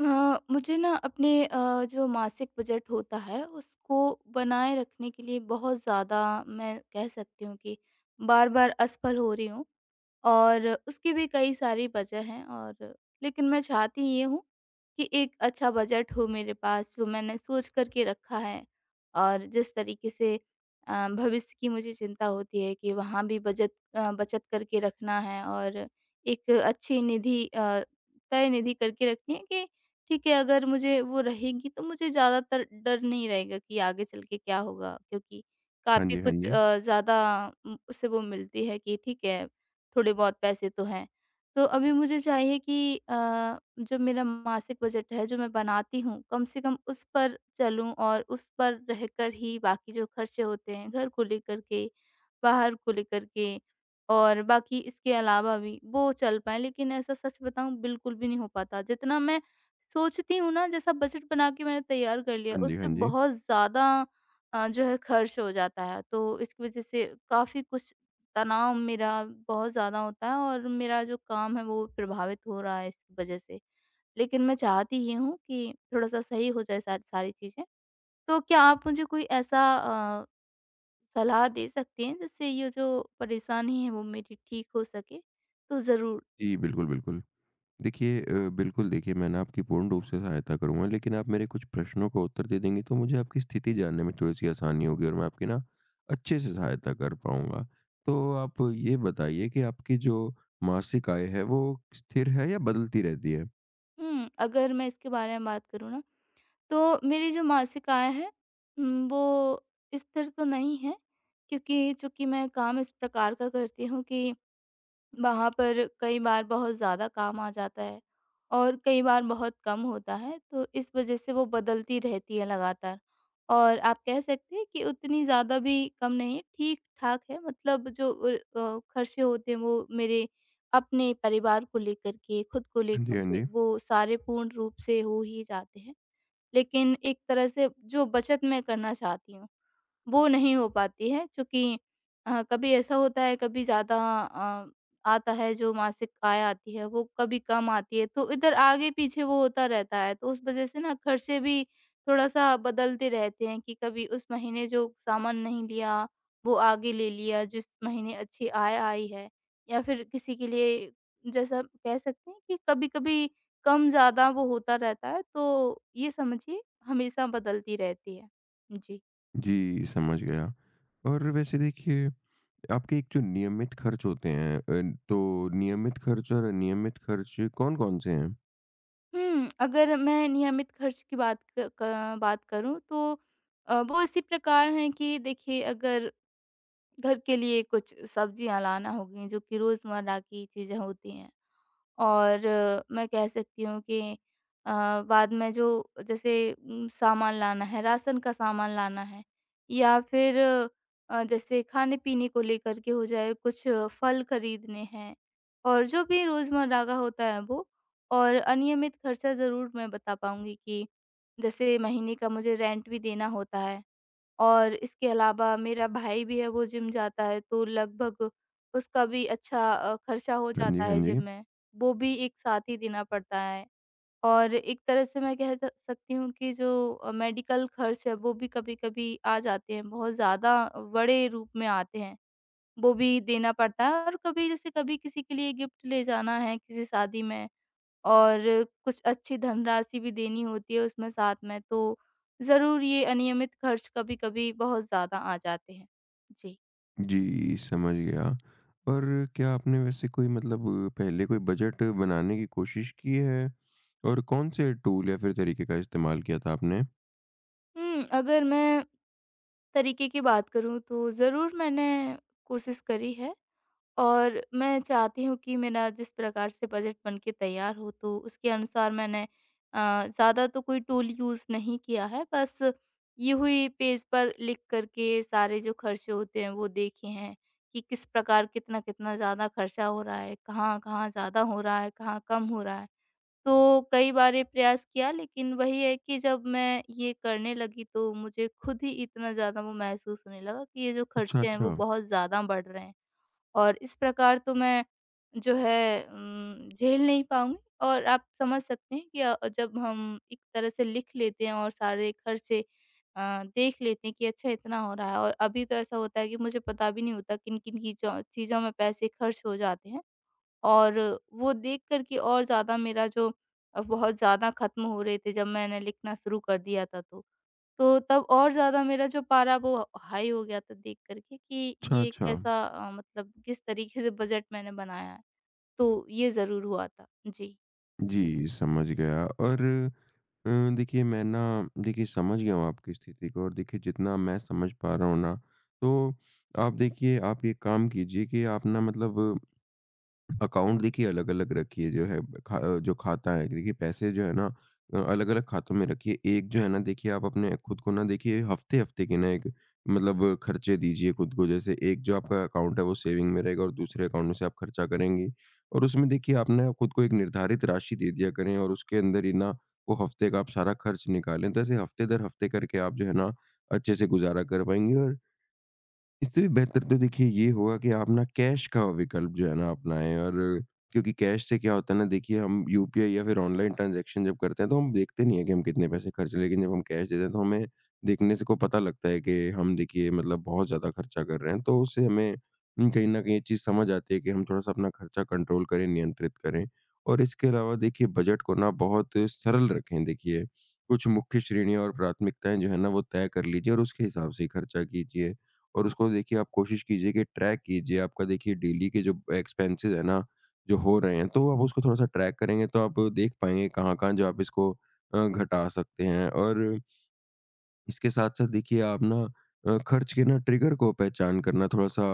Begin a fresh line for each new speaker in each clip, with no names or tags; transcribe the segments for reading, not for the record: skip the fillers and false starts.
मुझे ना अपने जो मासिक बजट होता है उसको बनाए रखने के लिए बहुत ज़्यादा मैं कह सकती हूँ कि बार बार असफल हो रही हूँ। और उसकी भी कई सारी वजह हैं, और लेकिन मैं चाहती ये हूँ कि एक अच्छा बजट हो मेरे पास, जो मैंने सोच कर के रखा है। और जिस तरीके से भविष्य की मुझे चिंता होती है कि वहाँ भी बजट बचत करके रखना है, और एक अच्छी निधि तय निधि करके रखनी है कि ठीक है, अगर मुझे वो रहेगी तो मुझे ज़्यादातर डर नहीं रहेगा कि आगे चल के क्या होगा, क्योंकि
हाँ
काफ़ी
जी, हाँ
कुछ
जी।
ज़्यादा उससे वो मिलती है कि ठीक है, थोड़े बहुत पैसे तो हैं। तो अभी मुझे चाहिए कि अ, जो मेरा मासिक बजट है, जो मैं बनाती हूँ, कम से कम उस पर चलूँ, और उस पर रहकर ही बाकी जो खर्चे होते हैं, घर को लेकर के, बाहर को लेकर के और बाकी, इसके अलावा भी वो चल पाएँ। लेकिन ऐसा, सच बताऊँ, बिल्कुल भी नहीं हो पाता। जितना मैं सोचती हूँ ना, जैसा बजट बना के मैंने तैयार कर लिया,
हाँ जी,
उससे
हाँ जी।
बहुत ज़्यादा जो है खर्च हो जाता है। तो इसकी वज़ह से काफ़ी कुछ तनाव मेरा बहुत ज़्यादा होता है, और मेरा जो काम है वो प्रभावित हो रहा है इस वज़ह से। लेकिन मैं चाहती ये हूँ कि थोड़ा-सा सही हो जाए सारी सारी चीज़ें। तो क्या आप मुझे कोई ऐसा सलाह दे सकते हैं, जिससे ये जो परेशानी है वो मेरी ठीक हो सके? तो ज़रूर।
जी, बिल्कुल, बिल्कुल। देखिए बिल्कुल देखिए मैं ना आपकी पूर्ण रूप से सहायता करूँगा, लेकिन आप मेरे कुछ प्रश्नों का उत्तर दे देंगी तो मुझे आपकी स्थिति जानने में थोड़ी-सी आसानी होगी और मैं आपकी ना अच्छे से सहायता कर पाऊँगा। तो आप ये बताइए कि आपकी जो मासिक आय है वो स्थिर है या बदलती रहती है?
अगर मैं इसके बारे में बात करूँ ना, तो मेरी जो मासिक आय है वो स्थिर तो नहीं है, क्योंकि चूँकि मैं काम इस प्रकार का करती हूँ कि वहाँ पर कई बार बहुत ज़्यादा काम आ जाता है, और कई बार बहुत कम होता है, तो इस वज़ह से वो बदलती रहती है लगातार। और आप कह सकते हैं कि उतनी ज़्यादा भी कम नहीं है, ठीक-ठाक है। मतलब जो खर्चे होते हैं वो मेरे अपने परिवार को लेकर के, खुद को
हाँ जी,
लेकर
हाँ
के,
जी।
वो सारे पूर्ण रूप से हो ही जाते हैं। लेकिन एक तरह से जो बचत मैं करना चाहती हूँ, वो नहीं हो पाती है, क्योंकि कभी ऐसा होता है कभी ज़्यादा अ, आता है, जो मासिक आय आती है वो कभी कम आती है, तो इधर आगे पीछे वो होता रहता है, तो उस वजह से ना खर्चे भी थोड़ा-सा बदलते रहते हैं कि कभी उस महीने जो सामान नहीं लिया, वो आगे ले लिया जिस महीने अच्छी आय आई है, या फिर किसी के लिए, जैसा कह सकते हैं कि कभी-कभी कम ज़्यादा वो होता रहता है, तो ये समझिए हमेशा बदलती रहती है। जी।
जी, समझ गया। और वैसे देखिए आपके एक जो नियमित खर्च होते हैं तो नियमित खर्च और अनियमित खर्च कौन-कौन से हैं?
अगर मैं नियमित खर्च की बात क क बात करूँ, तो वो इसी प्रकार हैं कि देखिए, अगर घर के लिए कुछ सब्जियाँ लाना हो गई, जो कि रोज़मर्रा की चीज़ें होती हैं। और मैं कह सकती हूँ कि बाद में जो जैसे सामान लाना है, राशन का सामान लाना है, या फिर जैसे खाने-पीने को लेकर के हो जाए, कुछ फल खरीदने हैं, और जो भी रोज़मर्रा का होता है वो। और अनियमित खर्चा ज़रूर मैं बता पाऊँगी, कि जैसे महीने का मुझे रेंट भी देना होता है। और इसके अलावा मेरा भाई भी है, वो जिम जाता है, तो लगभग उसका भी अच्छा खर्चा हो
हाँ
जाता
जी, हाँ
है
जी।
जिम में। वो भी एक साथ ही देना पड़ता है। और एक तरह से मैं कह त सकती हूँ कि जो मेडिकल खर्च है, वो भी कभी-कभी आ जाते हैं, बहुत ज़्यादा बड़े रूप में आते हैं। वो भी देना पड़ता है, और कभी जैसे कभी किसी के लिए गिफ्ट ले जाना है किसी शादी में, और कुछ अच्छी धनराशि भी देनी होती है उसमें साथ में, तो ज़रूर ये अनियमित खर्च कभी-कभी बहुत ज़्यादा आ जाते हैं। जी।
जी, समझ गया। और क्या आपने वैसे कोई मतलब पहले कोई बजट बनाने की कोशिश की है? और कौन-से टूल या फिर तरीके का इस्तेमाल किया था आपने?
अगर मैं तरीके की बात करूँ, तो ज़रूर मैंने कोशिश करी है। और मैं चाहती हूँ कि मेरा जिस प्रकार से बजट बन के तैयार हो, तो उसके अनुसार मैंने ज़्यादा तो कोई टूल यूज़ नहीं किया है, बस ये हुई पेज पर लिख करके सारे जो खर्चे होते हैं वो देखे हैं कि किस प्रकार कितना कितना ज़्यादा खर्चा हो रहा है, कहाँ कहाँ ज़्यादा हो रहा है, कहाँ कम हो रहा है। तो कई बार ये प्रयास किया, लेकिन वही है कि जब मैं ये करने लगी, तो मुझे खुद ही इतना ज़्यादा वो महसूस होने लगा कि ये जो
अच्छा,
खर्चे हैं वो
अच्छा।
बहुत ज़्यादा बढ़ रहे हैं। और इस प्रकार तो मैं जो है झेल नहीं पाऊँगी। और आप समझ सकते हैं कि जब हम एक तरह से लिख लेते हैं, और सारे खर्चे देख लेते हैं कि अच्छा इतना हो रहा है, और अभी तो ऐसा होता है कि मुझे पता भी नहीं होता किन-किन चीज़ों चीज़ों में पैसे खर्च हो जाते हैं। और वो देख कर के और ज़्यादा मेरा जो बहुत ज़्यादा खत्म हो रहे थे, जब मैंने लिखना शुरू कर दिया था तो। तो तब और ज़्यादा मेरा जो पारा वो हाई हो गया था देख कर के कि
अच्छा,
ये
अच्छा।
कैसा मतलब किस तरीके से बजट मैंने बनाया है। तो ये ज़रूर हुआ था। जी,
जी, समझ गया और अ, देखिए मैं ना देखिए समझ गया हूँ आपकी स्थिति को और देखिए जितना मैं समझ पा रहा हूँ ना, तो आप देखिए आप ये काम कीजिए कि आप ना मतलब अकाउंट देखिए अलग-अलग रखिए जो है खा जो खाता है देखिए पैसे जो है ना, अलग-अलग खातों में रखिए। एक जो है ना देखिए आप अपने खुद को ना देखिए हफ्ते-हफ्ते के ना एक मतलब खर्चे दीजिए खुद को। जैसे एक जो आपका अकाउंट है वो सेविंग में रहेगा और दूसरे अकाउंट में से आप खर्चा करेंगी। और उसमें देखिए आप ना खुद को एक निर्धारित राशि दे दिया करें और उसके अंदर ही ना वो हफ्ते का आप सारा खर्च निकालें। तो ऐसे हफ्ते दर हफ्ते करके आप जो है ना अच्छे से गुज़ारा कर पाएँगी। और इससे भी बेहतर तो देखिए ये हुआ कि आप ना कैश का विकल्प जो है ना अपनाएँ। और क्योंकि कैश से क्या होता है ना, देखिए हम यूपीआई या फिर ऑनलाइन ट्रांज़ैक्शन जब करते हैं तो हम देखते नहीं हैं कि हम कितने पैसे खर्च, लेकिन जब हम कैश देते हैं तो हमें देखने से को पता लगता है कि हम देखिए मतलब बहुत ज़्यादा खर्चा कर रहे हैं। तो उससे हमें कहीं न कहीं ये चीज़ समझ आती है कि हम थोड़ा-सा अपना खर्चा कंट्रोल करें, नियंत्रित करें। और इसके अलावा देखिए बजट को ना बहुत सरल रखें देखिए, कुछ मुख्य श्रेणियाँ और प्राथमिकताएँ जो है ना वो तय कर लीजिए और उसके हिसाब से ही खर्चा कीजिए। और उसको देखिए आप कोशिश कीजिए कि ट्रैक कीजिए, आपका देखिए डेली के जो एक्सपेंसेस हैं ना, जो हो रहे हैं, तो आप उसको थोड़ा-सा ट्रैक करेंगे तो आप देख पाएँगे कहाँ-कहाँ जो आप इसको घटा सकते हैं। और इसके साथ-साथ देखिए आप ना खर्च के ना ट्रिगर को पहचान करना थोड़ा-सा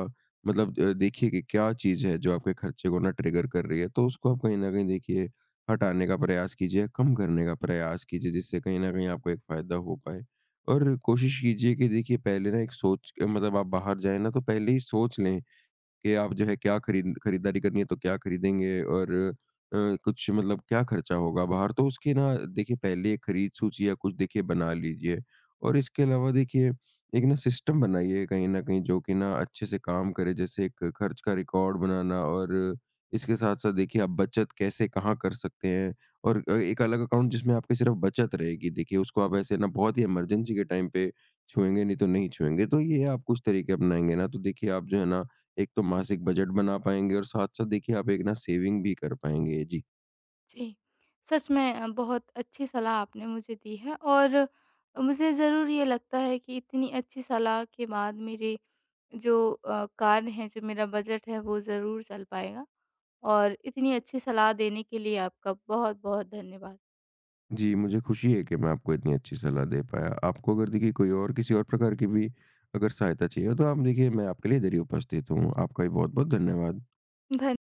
मतलब, देखिए कि क्या चीज़ है जो आपके खर्चे को ना ट्रिगर कर रही है, तो उसको आप कहीं न कहीं देखिए हटाने का प्रयास कीजिए, कम करने का प्रयास कीजिए जिससे कहीं न कहीं आपको एक फ़ायदा हो पाए। और कोशिश कीजिए कि देखिए पहले ना एक सोच मतलब आप बाहर जाएँ ना तो पहले ही सोच लें कि आप जो है क्या खरीदारी करनी है तो क्या खरीदेंगे, और कुछ मतलब क्या खर्चा होगा बाहर तो उसकी ना देखिए पहले एक खरीद सूची या कुछ देखिए बना लीजिए। और इसके अलावा देखिए एक ना सिस्टम बनाइए कहीं ना कहीं जो कि ना अच्छे से काम करे, जैसे एक खर्च का रिकॉर्ड बनाना। और इसके साथ साथ देखिए आप बचत कैसे कहाँ कर सकते हैं, और एक अलग अकाउंट जिसमें आपकी सिर्फ बचत रहेगी देखिए उसको आप ऐसे ना बहुत ही इमरजेंसी के टाइम पे छुएंगे नहीं तो नहीं छुएंगे, तो ये आप कुछ तरीके अपनाएंगे ना तो देखिए आप जो है ना एक तो मासिक बजट बना पाएँगे और साथ-साथ देखिए आप एक ना सेविंग भी कर पाएँगे। जी।
जी। सच में बहुत अच्छी सलाह आपने मुझे दी है, और मुझे ज़रूर ये लगता है कि इतनी अच्छी सलाह के बाद मेरे जो कार्य हैं, जो मेरा बजट है वो ज़रूर चल पाएगा। और इतनी अच्छी सलाह देने के लिए आपका बहुत-बहुत धन्यवाद।
जी, मुझे खुशी है कि मैं आपको इतनी अच्छी सलाह दे पाया। आपको अगर देखिए कोई और किसी और प्रकार की भी अगर सहायता चाहिए हो तो आप देखिए मैं आपके लिए इधर ही उपस्थित हूँ। आपका भी बहुत-बहुत धन्यवाद।
धन्य